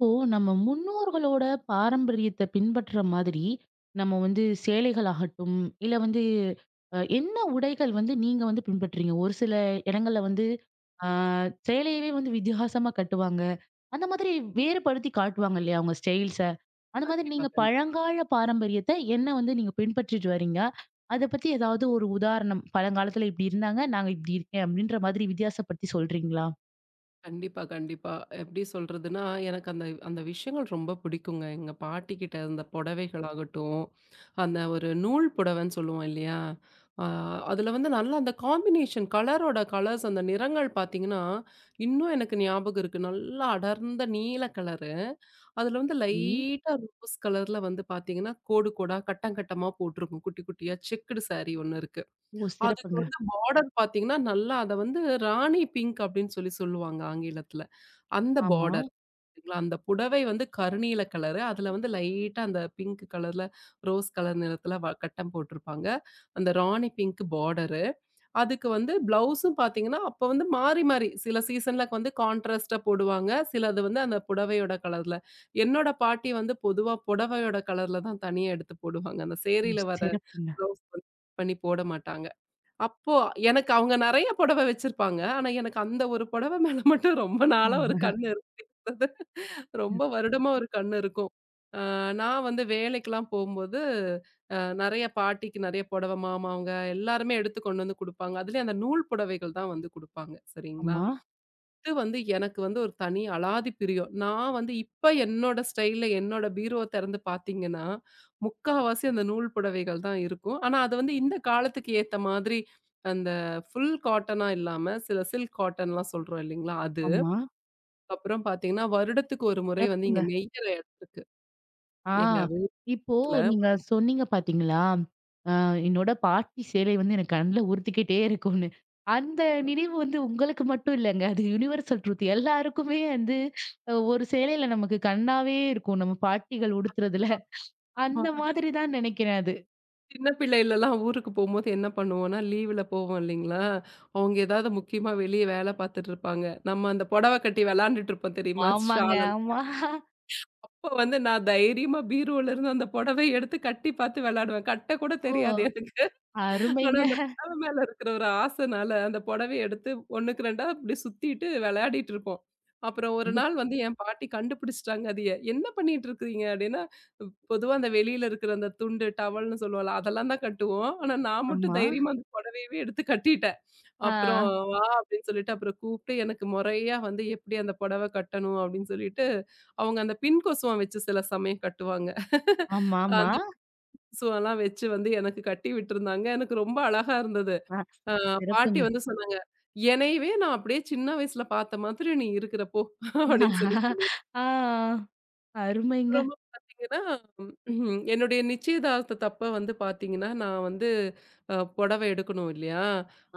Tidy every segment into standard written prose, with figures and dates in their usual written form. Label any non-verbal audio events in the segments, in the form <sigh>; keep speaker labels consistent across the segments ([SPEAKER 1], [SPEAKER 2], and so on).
[SPEAKER 1] இப்போ நம்ம முன்னோர்களோட பாரம்பரியத்த பின்பற்ற மாதிரி, நம்ம வந்து சேலைகள் ஆகட்டும், இல்ல வந்து என்ன உடைகள் வந்து நீங்க வந்து பின்பற்றீங்க? ஒரு சில இடங்கள்ல வந்து ஆ சேலையவே வந்து வித்தியாசமா கட்டுவாங்க. அந்த மாதிரி வேறுபடுத்தி காட்டுவாங்க இல்லையா? அவங்க ஸ்டைல்ஸ. அந்த மாதிரி
[SPEAKER 2] கண்டிப்பா,
[SPEAKER 1] நீங்க பழங்கால பாரம்பரியத்த என்ன வந்து நீங்க பின்பற்றிட்டு வரீங்க? அத பத்தி ஏதாவது ஒரு உதாரணம், பழங்காலத்துல இப்படி இருந்தாங்க, நாங்க இப்படி இருக்கேன் அப்படின்ற மாதிரி வித்தியாசப்படுத்தி சொல்றீங்களா?
[SPEAKER 2] கண்டிப்பா, கண்டிப்பா. எப்படி சொல்றதுன்னா, எனக்கு அந்த அந்த விஷயங்கள் ரொம்ப பிடிக்குங்க. எங்க பாட்டிக்கிட்ட இருந்த புடவைகளாகட்டும், அந்த ஒரு நூல் புடவைன்னு சொல்லுவோம் இல்லையா? அ அதில வந்து நல்லா அந்த காம்பினேஷன் கலரோட கலர்ஸ் அந்த நிறங்கள் பார்த்தீங்கன்னா, இன்னும் எனக்கு ஞாபகம் இருக்கு. நல்லா அடர்ந்த நீல கலரு. அதில வந்து
[SPEAKER 1] சரி.
[SPEAKER 2] லைட்டா ரோஸ் கலர்ல வந்து பார்த்தீங்கன்னா, கோடு கோடா, கட்டம் கட்டமா போட்டிருக்கும். குட்டி குட்டியா செக்குடு சாரி ஒண்ணு இருக்கு.
[SPEAKER 1] ஓ!
[SPEAKER 2] அதுக்கு
[SPEAKER 1] சிறப்புங்க.
[SPEAKER 2] வந்து பார்டர் பார்த்தீங்கன்னா, நல்லா அத வந்து ராணி பிங்க் அப்படின்னு சொல்லி சொல்லுவாங்க ஆங்கிலத்துல. அந்த
[SPEAKER 1] ஆமா.
[SPEAKER 2] பார்டர். சரிங்களா, அந்த புடவை வந்து கருநீல கலரு. அதுல வந்து லைட்டா அந்த பிங்க் கலர்ல, ரோஸ் கலர் நிறத்துல கட்டம் போட்டிருப்பாங்க. அந்த ராணி பிங்க் பார்டரு. அதுக்கு வந்து பிளவுஸும் பார்த்தீங்கன்னா, அப்ப வந்து மாறி மாறி சில சீசன்ல வந்து கான்ட்ராஸ்ட்டா போடுவாங்க. சிலது வந்து அந்த புடவையோட கலர்ல. என்னோட பாட்டி வந்து பொதுவா புடவையோட கலர்ல தான் தனியா எடுத்து போடுவாங்க. அந்த
[SPEAKER 1] ஓ!
[SPEAKER 2] சேரியில வர
[SPEAKER 1] சிறப்புங்க.
[SPEAKER 2] பிளவுஸ் வந்து கட் பண்ணி போட மாட்டாங்க. அப்போ எனக்கு அவங்க நெறைய புடவ வச்சிருப்பாங்க. ஆனா, எனக்கு அந்த ஒரு புடவ <laughs> மேல மட்டும் ரொம்ப நாளா ஒரு கண்ணு இருந்தது. ரொம்ப வருடமா ஒரு கண்ணு இருக்கும். அ நான் வந்து வேலைக்கெல்லாம் போம்போது, நெறைய பாட்டிக்கு நெறைய புடவ மாமா அவங்க எல்லாருமே எடுத்து கொண்டு வந்து குடுப்பாங்க. அதுலயும் அந்த நூல் புடவைகள் தான் வந்து குடுப்பாங்க. சரிங்களா?
[SPEAKER 1] ஆமா,
[SPEAKER 2] இது வந்து எனக்கு வந்து ஒரு தனி அலாதி பிரியம். நான் வந்து இப்ப என்னோட ஸ்டைல்ல என்னோட பீரோவ திறந்து பார்த்தீங்கன்னா, முக்காவாசி அந்த நூல் புடவைகள் தான் இருக்கும். ஆனா அது வந்து இந்த காலத்துக்கு ஏத்த மாதிரி அந்த ஃபுல் காட்டனா இல்லாம சில சில்க் காட்டன்லாம் சொல்றோம் இல்லைங்களா? அது.
[SPEAKER 1] ஆமா.
[SPEAKER 2] அப்புறம் பார்த்தீங்கன்னா, வருடத்துக்கு ஒரு முறை வந்து
[SPEAKER 1] சிறப்புங்க.
[SPEAKER 2] இங்க நெய்யிற இடம் இருக்கு.
[SPEAKER 1] ஆ
[SPEAKER 2] எங்க
[SPEAKER 1] இப்போ
[SPEAKER 2] வீட்ல.
[SPEAKER 1] நீங்க சொன்னீங்க பாத்தீங்களா? அ என்னோட பாட்டி சேலை வந்து எனக்கு கண்ல உறுத்திக்கிட்டே இருக்கும்னு. அந்த நினைவு வந்து உங்களுக்கு மட்டும் இல்லங்க. அது யுனிவர்சல் ட்ரூத். எல்லாருக்குமே வந்து ஒரு சேலையில நமக்கு கண்ணாவே இருக்கும். நம்ம பாட்டிகள் உடுத்துறதுல.
[SPEAKER 2] ஆமா.
[SPEAKER 1] அந்த மாதிரி தான் நினைக்கிறேன் அது.
[SPEAKER 2] சின்ன பிள்ளைலலாம் ஊருக்கு போம்போது என்ன பண்ணுவோம்னா, லீவுல போவோம் இல்லைங்களா? அவங்க ஏதாவது முக்கியமா வெளிய வேல பார்த்துட்டு இருப்பாங்க. நம்ம அந்த புடவ கட்டி விளையாண்டுட்டு இருப்போம் தெரியுமா?
[SPEAKER 1] ஆமாங்க. ஆமா.
[SPEAKER 2] அப்ப வந்து நான் தைரியமா பீரோல இருந்து அந்த புடவைய எடுத்து கட்டி பாத்து விளையாடுவேன். கட்ட கூட
[SPEAKER 1] ஓ!
[SPEAKER 2] தெரியாது எனக்கு. ஆனா
[SPEAKER 1] அருமைங்க.
[SPEAKER 2] அந்த புடவ மேல இருக்கிற ஒரு ஆசைனால அந்த புடவைய எடுத்து 1க்கு 2ஆ இப்படி சுத்திட்டு விளையாடிட்டு இருப்போம். அப்புறம் ஒரு
[SPEAKER 1] கண்டிப்
[SPEAKER 2] நாள் வந்து என் பாட்டி கண்டுபிடிச்சுட்டாங்க அதைய. "என்ன பண்ணிட்டு இருக்கிறீங்க?" அப்படின்னா, பொதுவா அந்த வெளியில இருக்கிற அந்த துண்டு டவல்ன்னு சொல்லுவோம்ல, அதெல்லாம் தான் கட்டுவோம். ஆனா நான் மட்டும்
[SPEAKER 1] ஆமா.
[SPEAKER 2] தைரியமா அந்த புடவையவே எடுத்து கட்டிட்டேன்.
[SPEAKER 1] ஆ.
[SPEAKER 2] அப்புறம் வா! அப்படின்னு சொல்லிட்டு அப்புறம் கூப்பிட்டு எனக்கு முறையா வந்து எப்படி அந்த புடவ கட்டணும் அப்படின்னு சொல்லிட்டு, அவங்க அந்த பின் கொசுவம் வச்சு சில சமயம் கட்டுவாங்க. <laughs>
[SPEAKER 1] ஆமாமா.
[SPEAKER 2] அந்த கொசுவம்லாம் வச்சு வந்து எனக்கு கட்டி விட்டுருந்தாங்க. எனக்கு ரொம்ப அழகா இருந்தது.
[SPEAKER 1] ஆ
[SPEAKER 2] அ பாட்டி
[SPEAKER 1] சிறப்புங்க.
[SPEAKER 2] வந்து சொன்னாங்க, "என்னையவே நான் அப்படியே சின்ன வயசுல பார்த்த மாதிரி நீ இருக்கிற போ" அப்படின்னு சொல்லி சொல்லிருக்காங்க.
[SPEAKER 1] ஆ. அருமைங்க.
[SPEAKER 2] அப்புறமா பார்த்தீங்கன்னா, என்னுடைய நிச்சயதார்த்தத்தப்ப வந்து பார்த்தீங்கன்னா, நான் வந்து புடவ எடுக்கணும் இல்லையா?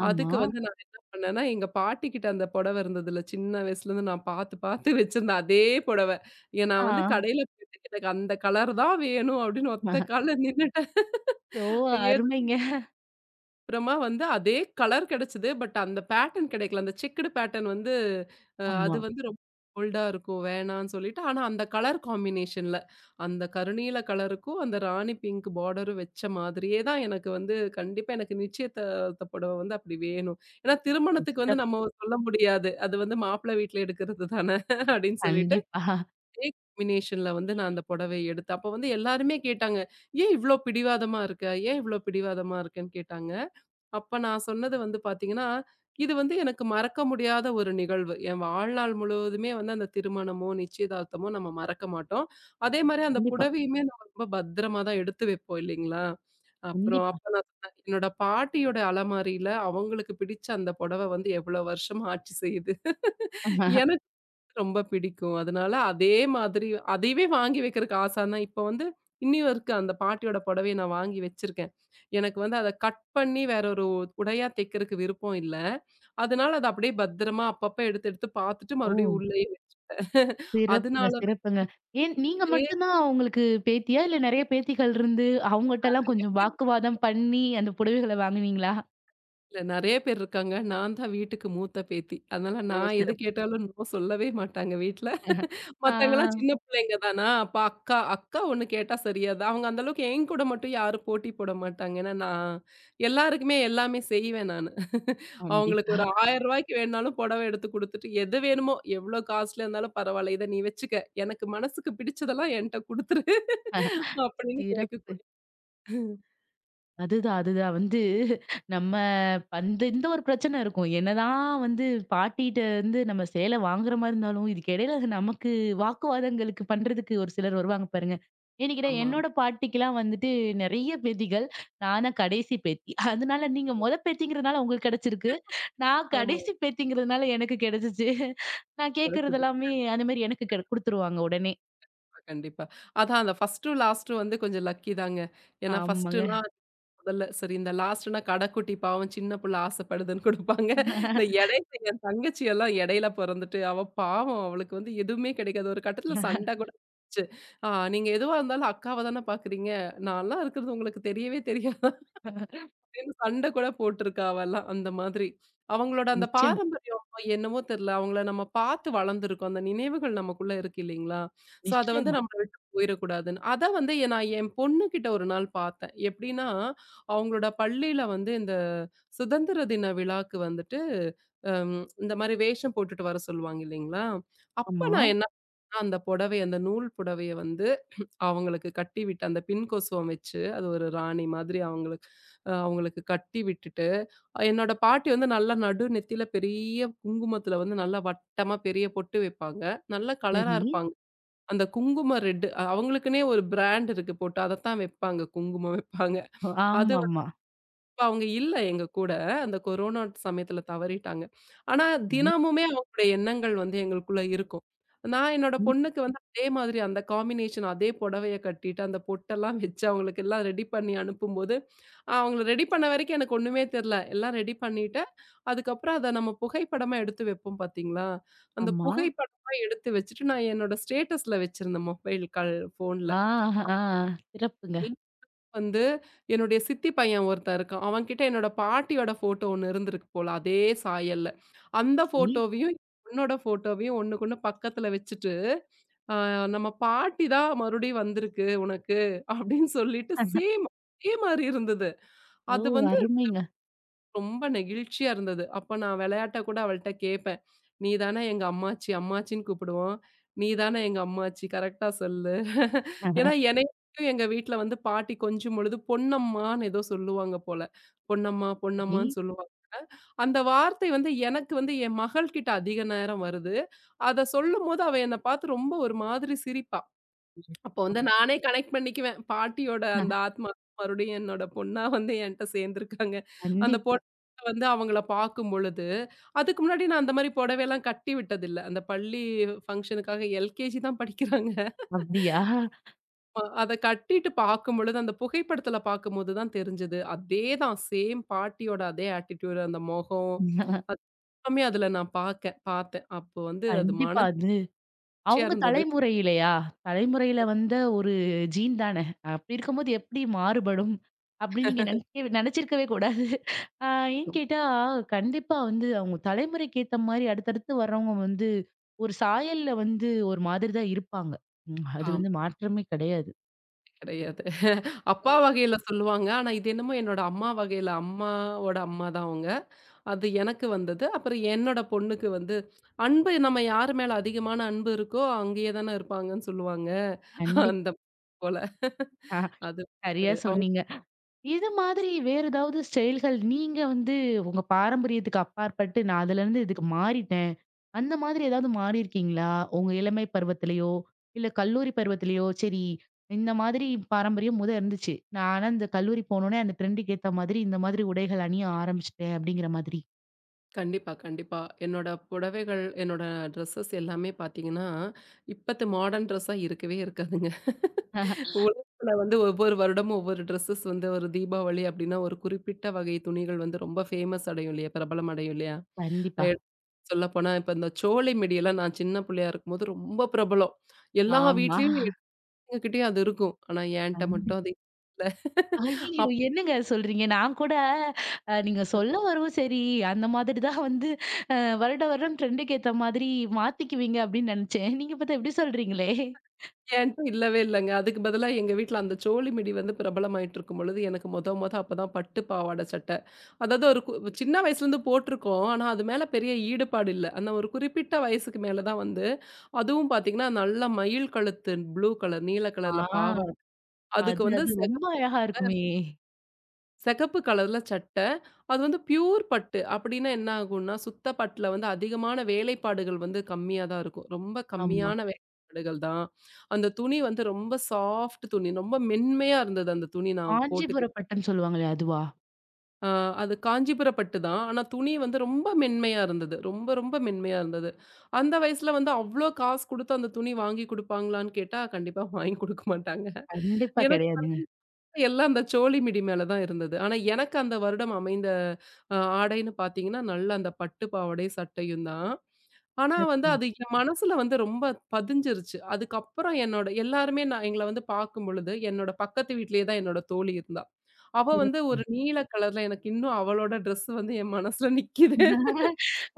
[SPEAKER 1] ஆமா.
[SPEAKER 2] அதுக்கு வந்து நான் என்ன பண்ணேன்னா, எங்க பாட்டிக்கிட்ட அந்த புடவ இருந்ததுல்ல, சின்ன வயசுலேருந்து நான் பார்த்து பார்த்து வச்சிருந்தேன் அதே புடவ. ஏன் நான்
[SPEAKER 1] ஆ.
[SPEAKER 2] வந்து கடையில போயிட்டு எனக்கு அந்த கலர் தான் வேணும் அப்படின்னு ஒத்த கால்ல நின்னுட்டேன்.
[SPEAKER 1] சோ அருமைங்க.
[SPEAKER 2] அப்புறமா வந்து அதே கலர் கிடைச்சது. பட் அந்த பேட்டர்ன் கிடைக்கல. அந்த செக்குடு பேட்டர்ன் வந்து
[SPEAKER 1] ஆமா.
[SPEAKER 2] அது வந்து ரொம்ப போல்டா இருக்கும். வேணான்னு சொல்லிட்டு, ஆனா அந்த கலர் காம்பினேஷன்ல அந்த கருநீல கலருக்கும், அந்த ராணி பிங்க் பார்டரும் வச்ச மாதிரியே தான் எனக்கு வந்து கண்டிப்பா எனக்கு நிச்சயதார்த்த புடவ வந்து அப்படி வேணும். ஏன்னா
[SPEAKER 1] ம்.
[SPEAKER 2] திருமணத்துக்கு வந்து
[SPEAKER 1] சிறப்பு.
[SPEAKER 2] நம்ம சொல்ல முடியாது. அது வந்து மாப்பிள்ளை வீட்ல எடுக்கிறது தானே <laughs> அப்படின்னு சொல்லிட்டு,
[SPEAKER 1] கண்டிப்பா.
[SPEAKER 2] அதே காம்பினேஷன்ல வந்து நான் அந்த புடவைய எடுத்தேன். அப்ப வந்து எல்லாருமே கேட்டாங்க, "ஏன் இவ்ளோ பிடிவாதமா இருக்க? ஏன் இவ்ளோ பிடிவாதமா இருக்கன்னு?" கேட்டாங்க. அப்ப நான் சொன்னது வந்து பார்த்தீங்கன்னா, இது வந்து எனக்கு மறக்க முடியாத ஒரு நிகழ்வு. என் வாழ்நாள் முழுவதுமே வந்து அந்த திருமணமோ, நிச்சயதார்த்தமோ நம்ம மறக்க மாட்டோம். அதே மாரி அந்த
[SPEAKER 1] கண்டிப்பா,
[SPEAKER 2] புடவையுமே நம்ம ரொம்ப பத்திரமா தான் எடுத்து வைப்போம் இல்லைங்களா? அப்புறம்
[SPEAKER 1] கண்டிப்பா.
[SPEAKER 2] அப்ப நான் சொன்னேன், என்னோட பாட்டியோட அலமாரியில அவங்களுக்கு பிடிச்ச அந்த புடவ வந்து எவ்வளோ வருஷமா ஆட்சி செய்யுது. ரொம்ப பிடிக்கும். அதனால அதே மாதிரி அதையவே வாங்கி வைக்கிறக்கு ஆசன்னா, இப்ப வந்து இன்னியும் இருக்கு அந்த பாட்டியோட புடவைய நான் வாங்கி வச்சிருக்கேன். எனக்கு வந்து அத கட் பண்ணி வேற ஒரு உடையா தைக்கிறக்கு விருப்பம் இல்ல. அதனால அத அப்படியே பத்திரமா அப்பப்ப எடுத்து எடுத்து பார்த்துட்டு
[SPEAKER 1] ஓ!
[SPEAKER 2] மறுபடியும் உள்ளயே <laughs>
[SPEAKER 1] சிறப்புங்க,
[SPEAKER 2] அதனால
[SPEAKER 1] சிறப்புங்க. ஏன் நீங்க
[SPEAKER 2] நெறைய
[SPEAKER 1] மட்டும் தான் உங்களுக்கு பேத்தியா? இல்ல நெறைய பேத்திகள் இருந்து அவங்கட்டலாம் கொஞ்சம்
[SPEAKER 2] பேர்
[SPEAKER 1] வாக்குவாதம் பண்ணி அந்த புடவைகள வாங்குனீங்களா?
[SPEAKER 2] நெறைய பேர் இருக்காங்க. நான் தான் வீட்டுக்கு மூத்த பேத்தி. அதனால
[SPEAKER 1] ஓ!
[SPEAKER 2] நான் எது
[SPEAKER 1] சிறப்பு.
[SPEAKER 2] கேட்டாலும் நோ சொல்லவே மாட்டாங்க வீட்ல. மத்தவங்கலாம்
[SPEAKER 1] ஆ.
[SPEAKER 2] சின்ன பிள்ளைங்க தானா, அப்ப அக்கா அக்கா ஒண்ணு கேட்டா சரியாதான். அவங்க அந்த அளவுக்கு என்கூட மட்டும் யாரும் போட்டி போட மாட்டாங்க. ஏன்னா, நான் எல்லாருக்குமே எல்லாமே செய்வேன் நானு. அவங்களுக்கு
[SPEAKER 1] கண்டிப்பா.
[SPEAKER 2] ஒரு ரூ. 1000 வேணுனாலும் புடவை எடுத்து குடுத்துட்டு, எது வேணுமோ எவ்ளோ காஸ்ட்லியா இருந்தாலும் பரவால்ல. இத நீ வச்சுக்க. எனக்கு மனசுக்கு பிடிச்சதெல்லாம் என்ட்ட குடுத்துரு. <laughs> அப்படின்னு
[SPEAKER 1] சிறப்பு.
[SPEAKER 2] கேட்கக்கூடிய
[SPEAKER 1] அதுதான், அதுதான். வந்து நம்ம அந்த இந்த ஒரு பிரச்சனை இருக்கும். என்னதான் வந்து பாட்டிட்ட வந்து நம்ம சேலை வாங்குற மாரி இருந்தாலும், இதுக்கு இடையில நமக்கு வாக்குவாதங்களுக்கு பண்றதுக்கு ஒரு சிலர் வருவாங்க பாருங்க. ஏன்னு கேட்டா,
[SPEAKER 2] ஆமா,
[SPEAKER 1] என்னோட பாட்டிக்கெல்லாம் வந்துட்டு நெறைய பேத்திகள். நான் தான் கடைசி பேத்தி. அதனால நீங்க மொத பேத்திங்கிறதுனால உங்களுக்கு கிடைச்சிருக்கு. நான்
[SPEAKER 2] ஆமா.
[SPEAKER 1] கடைசி பேத்திங்கிறதுனால எனக்கு கிடைச்சிச்சு. நான் கேட்கறது
[SPEAKER 2] கிடைச்சது.
[SPEAKER 1] எல்லாமே அந்த மாரி எனக்கு கெட குடுத்துருவாங்க உடனே.
[SPEAKER 2] கண்டிப்பா. அதான் அந்த 1 டும், லாஸ்ட்டும் வந்து கொஞ்சம் லக்கி தாங்க. ஏன்னா 1
[SPEAKER 1] ஆமாங்க.
[SPEAKER 2] நான் முதல்ல. சரி இந்த லாஸ்ட்னா கடைக்குட்டி பாவம் சின்ன புள்ள ஆசைப்படுதுன்னு குடுப்பாங்க. இந்த இடையில என் தங்கச்சி எல்லாம் இடையில பொறந்துட்டு, அவ பாவம் அவளுக்கு வந்து எதுவுமே கிடைக்காது. ஒரு கட்டத்தில சண்டை
[SPEAKER 1] <laughs>
[SPEAKER 2] கூட வந்துச்சு. "ஆ நீங்க எதுவா இருந்தாலும் அக்காவ தானே பார்க்குறீங்க. நான்லாம் இருக்கிறது உங்களுக்கு தெரியவே தெரியாது." சேர்ந்து சண்டை கூட போட்டிருக்கா அவலாம் அந்த மாதிரி. அவங்களோட அந்த
[SPEAKER 1] நிச்சயமா,
[SPEAKER 2] பாரம்பரியம் என்னவோ தெரியல. அவங்கள நம்ம பார்த்து வளர்ந்துருக்கோம். அந்த நினைவுகள் நமக்குள்ள இருக்கு இல்லைங்களா? ஸோ அத வந்து
[SPEAKER 1] நிச்சயமா.
[SPEAKER 2] நம்மள விட்டு போயிறக்கூடாதுன்னு. அத வந்து நான் என் பொண்ணுகிட்ட ஒரு நாள் பார்த்தேன். எப்படின்னா, அவங்களோட பள்ளியில வந்து இந்த சுதந்திர தின விழாக்கு வந்துட்டு அம் இந்த மாரி வேஷம் போட்டுட்டு வர சொல்லுவாங்க இல்லைங்களா? அப்ப
[SPEAKER 1] ஆமா.
[SPEAKER 2] நான் என்ன பண்ணேன், அந்த புடவைய அந்த நூல் புடவைய வந்து அவங்களுக்கு கட்டி விட்டு அந்த பின் கொசுவம் வச்சு, அது ஒரு ராணி மாதிரி அவங்களுக்கு அவங்களுக்கு கட்டி விட்டுட்டு, என்னோட பாட்டி வந்து நல்லா நடு நெத்தியில பெரிய குங்குமத்தில வந்து நல்லா வட்டமா பெரிய பொட்டு வைப்பாங்க. நல்ல கலரா
[SPEAKER 1] சரி.
[SPEAKER 2] இருப்பாங்க. அந்த குங்குமம் ரெட் அவங்களுக்குன்னே ஒரு பிராண்ட் இருக்கு போட்டு அதத்தான் வைப்பாங்க. குங்குமம் வைப்பாங்க. அது
[SPEAKER 1] ஆமாமா.
[SPEAKER 2] இப்ப அவங்க இல்ல எங்க கூட. அந்த கொரோனா சமயத்துல தவறிட்டாங்க. ஆனா
[SPEAKER 1] ஐயோ!
[SPEAKER 2] தினமுமே அவங்களுடைய எண்ணங்கள் வந்து எங்களுக்குள்ள இருக்கும். நான் என்னோட
[SPEAKER 1] கண்டிப்
[SPEAKER 2] பொண்ணுக்கு வந்து அதே மாதிரி அந்த காம்பினேஷன் அதே புடவைய கட்டிட்டு, அந்த பொட்டெல்லாம் வச்சு அவங்களுக்கு எல்லாம் ரெடி பண்ணி அனுப்பும்போது, அவங்கள ரெடி பண்ண வரைக்கும் எனக்கு ஒண்ணுமே தெரியல. எல்லாம் ரெடி பண்ணிட்டேன். அதுக்கப்புறம் அத நம்ம புகைப்படமா எடுத்து வைப்போம் பார்த்தீங்களா? அந்த
[SPEAKER 1] ஆமா.
[SPEAKER 2] புகைப்படமா எடுத்து வச்சுட்டு நான் என்னோட ஸ்டேட்டஸ்ல வச்சிருந்தேன் மொபைல் கால் ஃபோன்ல.
[SPEAKER 1] ஆ, ஆ சிறப்புங்க.
[SPEAKER 2] வந்து என்னுடைய சித்தி பையன் ஒருத்தன் இருக்கான். அவன்கிட்ட என்னோட பாட்டியோட ஃபோட்டோ ஒண்ணு இருந்திருக்கு போல, அதே சாயல்ல. அந்த
[SPEAKER 1] இ
[SPEAKER 2] ஃபோட்டோவையும், பொண்ணோட ஃபோட்டோவையும் ஒண்ணுக்கொண்ணு பக்கத்துல வச்சுட்டு, "அ நம்ம பாட்டி தான் மறுபடியும் வந்திருக்கு உனக்கு" அப்படின்னு சொல்லிட்டு சேம் அதே மாரி இருந்தது.
[SPEAKER 1] ஓ!
[SPEAKER 2] அது வந்து
[SPEAKER 1] அருமைங்க.
[SPEAKER 2] ரொம்ப நெகிழ்ச்சியா இருந்தது. அப்ப நான் விளையாட்டா கூட அவள்ட்ட கேட்பேன். "நீ தானே எங்க அம்மாச்சி, அம்மாச்சின்னு கூப்பிடுவோம். நீ தானே எங்க அம்மாச்சி கரெக்ட்டா சொல்லு." <laughs> ஏன்னா என்னைக்கும் எங்க வீட்ல வந்து பாட்டி கொஞ்சும் பொழுது பொன்னம்மான்னு ஏதோ சொல்லுவாங்க போல. பொன்னம்மா,
[SPEAKER 1] இ
[SPEAKER 2] பொன்னம்மான்னு சொல்லுவாங்க. அந்த வார்த்தை வந்து எனக்கு வந்து என் மகள் கிட்ட அதிக நேரம் வருது. அத சொல்லும்போது அவ என்ன பார்த்து ரொம்ப ஒரு மாதிரி சிரிப்பா. அப்போ வந்து நானே கனெக்ட் பண்ணிக்குவேன். பாட்டியோட அந்த ஆத்மா மறுபடியும் என்னோட பொண்ணா வந்து என்ட்ட சேர்ந்துருக்காங்க. அந்த
[SPEAKER 1] கண்டிப்பா.
[SPEAKER 2] பொண்ணு வந்து அவங்கள பார்க்கும் பொழுது, அதுக்கு முன்னாடி நான் அந்த மாரி புடவைலாம் கட்டி விட்டதில்ல. அந்த பள்ளி ஃபங்ஷனுக்காக எல்கேஜி தான் படிக்கிறாங்க.
[SPEAKER 1] அப்படியா?
[SPEAKER 2] அத கட்டிட்டு பார்க்கும்பொழுது, அந்த புகைப்படத்துல பார்க்கும்போது தான் தெரிஞ்சது. அதே தான் சேம் பாட்டியோட அதே ஆட்டிட்யூட் அந்த மொகம். அது எல்லாமே அதுல நான் பாக்க பார்த்தேன். அப்போ வந்து அது
[SPEAKER 1] கண்டிப்பா. அது
[SPEAKER 2] மனதிர்ச்சியா
[SPEAKER 1] அவங்க
[SPEAKER 2] இருந்தது.
[SPEAKER 1] தலைமுறையிலயா? தலைமுறையில வந்த ஒரு ஜீன் தானே. அப்படி இருக்கும்போது எப்படி மாறுபடும்? அப்படின்னு நீங்க நினைக்கவே நினைச்சிருக்கவே கூடாது. ஆ ஏன்னு கேட்டா, கண்டிப்பா வந்து அவங்க தலைமுறைக்கு ஏத்த மாரி அடுத்தடுத்து வர்றவங்க வந்து ஒரு சாயல்ல வந்து ஒரு மாதிரி தான் இருப்பாங்க. அது
[SPEAKER 2] ஆமா
[SPEAKER 1] வந்து மாற்றமே கிடையாது.
[SPEAKER 2] கிடையாது. அப்பா வகையில சொல்லுவாங்க. ஆனா, இது என்னமோ என்னோட அம்மா வகையில அம்மாவோட அம்மா தான் அவங்க. அது எனக்கு வந்தது. அப்புறம் என்னோட பொண்ணுக்கு வந்து, அன்பு நம்ம யார் மேல அதிகமான அன்பு இருக்கோ, அங்கேயே தானே இருப்பாங்கன்னு சொல்லுவாங்க.
[SPEAKER 1] கண்டிப்பா.
[SPEAKER 2] அந்த போல. அது
[SPEAKER 1] சரியா
[SPEAKER 2] வந்து அவங்க
[SPEAKER 1] சொன்னீங்க. இது மாதிரி வேற ஏதாவது ஸ்டைல்கள் நீங்க வந்து உங்க பாரம்பரியத்துக்கு அப்பாற்பட்டு, நான் அதுலருந்து இதுக்கு மாறிட்டேன். அந்த மாதிரி ஏதாவது மாறியிருக்கீங்களா? உங்க இளமை பருவத்திலயோ, இல்ல கல்லூரி பருவத்திலயோ, சரி இந்த மாதிரி பாரம்பரியம் முத இருந்துச்சு. நான் ஆனா இந்த கல்லூரி போனோனே அந்த ட்ரெண்டுக்கு ஏத்த மாதிரி இந்த மாதிரி உடைகள் அணிய ஆரம்பிச்சுட்டேன். அப்படிங்கிற மாதிரி.
[SPEAKER 2] கண்டிப்பா, கண்டிப்பா. என்னோட புடவைகள், என்னோட ட்ரெஸ்ஸஸ் எல்லாமே பார்த்தீங்கன்னா, இப்பத்து மாடர்ன் ட்ரெஸ்ஸா இருக்கவே இருக்காதுங்க.
[SPEAKER 1] <laughs>
[SPEAKER 2] உலகத்துல வந்து ஒவ்வொரு வருடமும் ஒவ்வொரு ட்ரெஸ்ஸஸ் வந்து ஒரு தீபாவளி அப்டின்னா, ஒரு குறிப்பிட்ட வகை துணிகள் வந்து ரொம்ப ஃபேமஸ் அடையும் இல்லையா? பிரபலம் அடையும் இல்லையா? அ
[SPEAKER 1] கண்டிப்பா.
[SPEAKER 2] சொல்லப்போனா இப்ப இந்த சோலை மிடியெல்லாம் நான் சின்ன பிள்ளையா இருக்கும்போது ரொம்ப பிரபலம். எல்லா
[SPEAKER 1] ஆமா.
[SPEAKER 2] வீட்லயும் எங்க கிட்டயும் அது இருக்கும். ஆனா என்ட்ட மட்டும் அது இல்ல.
[SPEAKER 1] ஐய்யய்யோ! என்னங்க சொல்றீங்க? நான் கூட நீங்க சொல்ல வரவும் சரி, அந்த மாதிரி தான் வந்து வருட வருடம் ட்ரெண்டுக்கு ஏத்த மாதிரி மாத்திக்குவீங்க அப்டின்னு நெனச்சேன். நீங்க பாத்தா இப்டி சொல்றீங்களே!
[SPEAKER 2] என்ட்ட இல்லவே இல்லங்க. அதுக்கு பதிலா எங்க வீட்ல அந்த சோழி மிடி வந்து பிரபலமாயிட்டுருக்கும் பொழுது, எனக்கு மொத மொத அப்பதான் பட்டு பாவாட சட்டை. அதாவது ஒரு சின்ன வயசுலேருந்து போட்டிருக்கோம். ஆனா, அது மேல பெரிய ஈடுபாடு இல்ல. ஆனா, ஒரு குறிப்பிட்ட வயசுக்கு மேல தான் வந்து அதுவும் பாத்தீங்கன்னா, நல்ல மயில் கழுத்து ப்ளூ கலர், நீல
[SPEAKER 1] ஆ
[SPEAKER 2] கலர்ல பாவாடை. அதுக்கு
[SPEAKER 1] அது
[SPEAKER 2] வந்து
[SPEAKER 1] அது ரொம்ப அழகா இருக்குமே!
[SPEAKER 2] சிகப்பு கலர்ல சட்ட. அது வந்து பியூர் பட்டு. அப்படின்னா என்ன ஆகும்னா, சுத்த பட்டுல வந்து அதிகமான வேலைப்பாடுகள் வந்து கம்மியா தான் இருக்கும். ரொம்ப
[SPEAKER 1] ஆமா.
[SPEAKER 2] கம்மியான வேலைப்பாடுகள் தான். அந்த துணி வந்து ரொம்ப சாஃப்ட் துணி. ரொம்ப மென்மையா இருந்தது அந்த துணி நான் போட்டுக்க
[SPEAKER 1] காஞ்சிபுரம் பட்டம் சொல்லுவாங்களே அதுவா?
[SPEAKER 2] அ அது காஞ்சிபுரம் பட்டு தான். ஆனா துணி வந்து ரொம்ப மென்மையா இருந்தது. ரொம்ப, ரொம்ப மென்மையா இருந்தது. அந்த வயசுல வந்து அவ்ளோ காசு குடுத்து அந்த துணி வாங்கி குடுப்பாங்களான்னு கேட்டா, கண்டிப்பா வாங்கி குடுக்க மாட்டாங்க.
[SPEAKER 1] கண்டிப்பா
[SPEAKER 2] எனக்கு
[SPEAKER 1] கெடையாதுங்க.
[SPEAKER 2] வந்து எல்லாம் அந்த சோழி மிடி மேல தான் இருந்தது. ஆனா எனக்கு அந்த வருடம் அமைந்த ஆடைன்னு பார்த்தீங்கன்னா, நல்ல அந்த பட்டு பாவாடை, சட்டையும் தான். ஆனா வந்து அது என் மனசுல வந்து ரொம்ப பதிஞ்சிருச்சு. அதுக்கப்புறம் என்னோட எல்லாருமே நான் எங்கள வந்து பார்க்கும்பொழுது, என்னோட பக்கத்து வீட்லயே தான் என்னோட தோழி இருந்தா. அவ வந்து
[SPEAKER 1] <unintelligible>
[SPEAKER 2] ஒரு நீல கலர்ல எனக்கு இன்னும் அவளோட ட்ரெஸ் வந்து என் மனசுல நிக்கிது.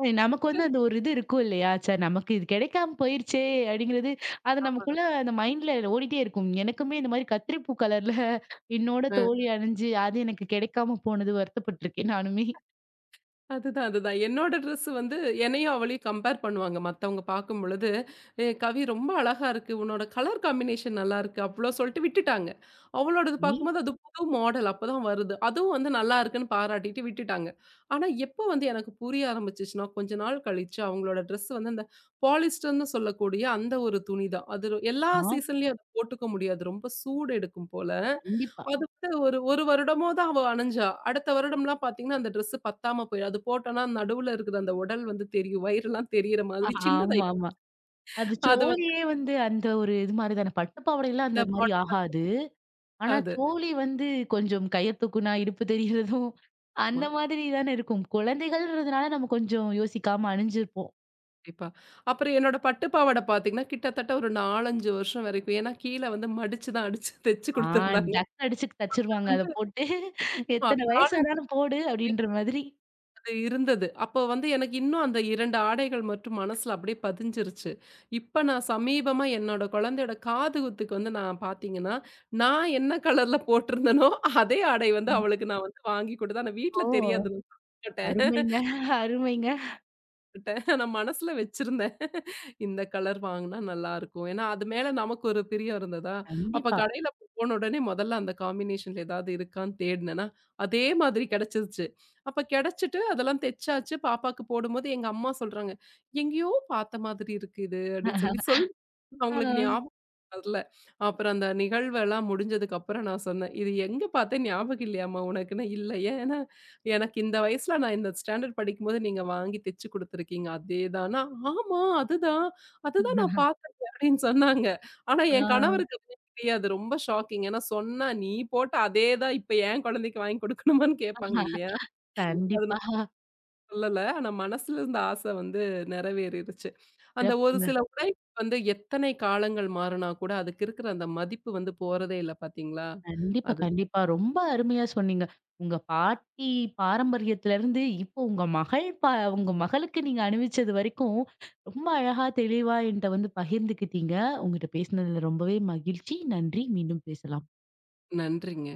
[SPEAKER 1] நமக்கு வந்து அந்த ஒரு இது இருக்கும் இல்லையா? ச்சே நமக்கு இது கிடைக்காம போயிருச்சே! அப்படிங்கிறது, அது நமக்குள்ள அந்த மைண்ட்ல ஓடிட்டே இருக்கும். எனக்குமே இந்த மாரி கத்திரிப்பூ கலர்ல என்னோட தோழி அணிஞ்சு, அது எனக்கு கிடைக்காம போனது வருத்தப்பட்டுருக்கேன் நானுமே.
[SPEAKER 2] அதுதான், அதுதான். என்னோட ட்ரெஸ் வந்து என்னையும் அவளையும் கம்பேர் பண்ணுவாங்க. மத்தவங்க பார்க்கும்பொழுது, "ஏ கவி ரொம்ப அழகா இருக்கு. உன்னோட கலர் காம்பினேஷன் நல்லாருக்கு." அவ்ளோ சொல்லிட்டு விட்டுட்டாங்க. அவளோடது
[SPEAKER 1] ஏய்!
[SPEAKER 2] பார்க்கும்போது அது புது மாடல் அப்பதான் வருது. அதுவும் வந்து நல்லா இருக்குன்னு பாராட்டிட்டு விட்டுட்டாங்க. ஆனா எப்போ வந்து எனக்கு புரிய ஆரம்பிச்சுச்சுன்னா, கொஞ்ச நாள் கழிச்சு அவங்களோட ட்ரெஸ் வந்து அந்த பாலிஸ்டர்ன்னு சொல்லக்கூடிய அந்த ஒரு துணி தான். அது எல்லா
[SPEAKER 1] ஆமா
[SPEAKER 2] சீசன்லயும் அத போட்டுக்க முடியாது. ரொம்ப சூடு எடுக்கும் போல.
[SPEAKER 1] கண்டிப்பா.
[SPEAKER 2] அது வந்து ஒரு 1 வருடமோ தான் அவ அணிஞ்சா. அடுத்த வருடம்லாம் பார்த்தீங்கன்னா, அந்த ட்ரெஸ்ஸு பத்தாம போயிரும். அது போட்டோம்னா நடுவுல இருக்கிற அந்த உடல் வந்து தெரியும். வயிறெல்லாம் தெரியற மாதிரி சின்னதாயி
[SPEAKER 1] ஆமா, ஆமா. அது
[SPEAKER 2] அது வந்து
[SPEAKER 1] சோழியே வந்து அந்த ஒரு இது மாரி தானே. பட்டு பாவாடைலாம்
[SPEAKER 2] இந்த
[SPEAKER 1] அந்த மாரி
[SPEAKER 2] மாடல்
[SPEAKER 1] ஆகாது. ஆனா
[SPEAKER 2] அது.
[SPEAKER 1] சோழி வந்து கொஞ்சம் கயிறு தூக்குனா, இடுப்பு தெரியறதும்
[SPEAKER 2] ஆமா.
[SPEAKER 1] அந்த மாதிரி தானே இருக்கும். குழந்தைகள்ன்றதுனால நம்ம கொஞ்சம் யோசிக்காம அணிஞ்சிருப்போம்.
[SPEAKER 2] கண்டிப்பா. அப்புறம் என்னோட பட்டு பாவாடை பார்த்தீங்கன்னா, கிட்டத்தட்ட ஒரு 4, 5 வருஷம் வரைக்கும். ஏன்னா, கீழ வந்து மடிச்சு தான் அடிச்சு <laughs> தைச்சு
[SPEAKER 1] ஆ
[SPEAKER 2] குடுத்துருந்தாங்க.
[SPEAKER 1] டக் அடிச்சுக்கு தச்சுருவாங்க அத
[SPEAKER 2] வந்து
[SPEAKER 1] போட்டு. எத்தன வயசு
[SPEAKER 2] 4,
[SPEAKER 1] ஆனாலும் போடு அப்படின்ற மாதிரி.
[SPEAKER 2] அது இருந்தது. அப்போ வந்து எனக்கு இன்னும் அந்த 2 ஆடைகள் மட்டும் மனசுல அப்படியே பதிஞ்சிருச்சு. இப்ப நான் சமீபமா என்னோட குழந்தையோட காது குத்துக்கு வந்து நான் பார்த்தீங்கன்னா, நான் என்ன கலர்ல போட்டிருந்தேனோ, அதே ஆடை வந்து
[SPEAKER 1] ம்.
[SPEAKER 2] அவளுக்கு நான் வந்து வாங்கி கொடுத்தேன். ஆனா வீட்ல
[SPEAKER 1] ஓ!
[SPEAKER 2] தெரியாது நான் போட்டேன்.
[SPEAKER 1] அருமைங்க, அருமைங்க.
[SPEAKER 2] நான் மனசுல வச்சிருந்தேன். இந்த கலர் வாங்குனா நல்லாருக்கும். ஏன்னா, அது மேல நமக்கு ஒரு பிரியம் இருந்ததா, அப்ப
[SPEAKER 1] கண்டிப்பா.
[SPEAKER 2] கடையில போன உடனே முதல்ல அந்த காம்பினேஷன்ல ஏதாவது இருக்கான்னு தேடுனேனா, அதே மாதிரி கிடைச்சிருச்சு. அப்ப கிடைச்சிட்டு அதெல்லாம் தைச்சாச்சு. பாப்பாக்கு போடும்போது எங்க அம்மா சொல்றாங்க, "எங்கேயோ பார்த்த மாதிரி இருக்கு இது" அப்படின்னு சொல்லி சொல்
[SPEAKER 1] ஆ.
[SPEAKER 2] அவங்களுக்கு ஞாபகம் வரல. அப்புறம் அந்த நிகழ்வெல்லாம் முடிஞ்சதுக்கு அப்புறம் நான் சொன்னேன், "இது எங்க பார்த்தேன் ஞாபகம் இல்லையாம்மா உனக்குன்னு?" "இல்ல ஏன்?" எனக்கு இந்த வயசுல நான் இந்த ஸ்டாண்டர்ட் படிக்கும்போது நீங்க வாங்கி தெச்சு குடுத்துருக்கீங்க. அதேதான்னா, ஆமா அதுதான். அதுதான் நான் பார்த்தேன் அப்படின்னு சொன்னாங்க. ஆனா
[SPEAKER 1] ஆ.
[SPEAKER 2] என் கணவருக்கு அது தெரியாது. ரொம்ப ஷாக்கிங். ஏன்னா சொன்னா, "நீ போட்ட அதே தான் இப்ப என் குழந்தைக்கு வாங்கி குடுக்கணுமான்னு?" கேட்பாங்க இல்லையா? அது
[SPEAKER 1] கண்டிப்பா.
[SPEAKER 2] நான் சொல்லல. ஆனா மனசுல இருந்த ஆசை வந்து நிறைவேறிருச்சு. அந்த ஒரு
[SPEAKER 1] சிறப்புங்க.
[SPEAKER 2] சில உடை வந்து எத்தனை காலங்கள் மாறுனா கூட, அதுக்கு இருக்கிற அந்த மதிப்பு வந்து போறதே இல்ல பார்த்தீங்களா?
[SPEAKER 1] கண்டிப்பா,
[SPEAKER 2] அது
[SPEAKER 1] கண்டிப்பா. ரொம்ப அருமையா சொன்னீங்க. உங்க பாட்டி பாரம்பரியத்திலருந்து, இப்போ உங்க மகள் உங்க மகளுக்கு நீங்க அணிவிச்சது வரைக்கும், ரொம்ப அழகா தெளிவா என்ட்ட வந்து பகிர்ந்துக்கிட்டீங்க. உங்கட்ட பேசினதுல ரொம்பவே மகிழ்ச்சி. நன்றி. மீண்டும் பேசலாம்.
[SPEAKER 2] நன்றிங்க.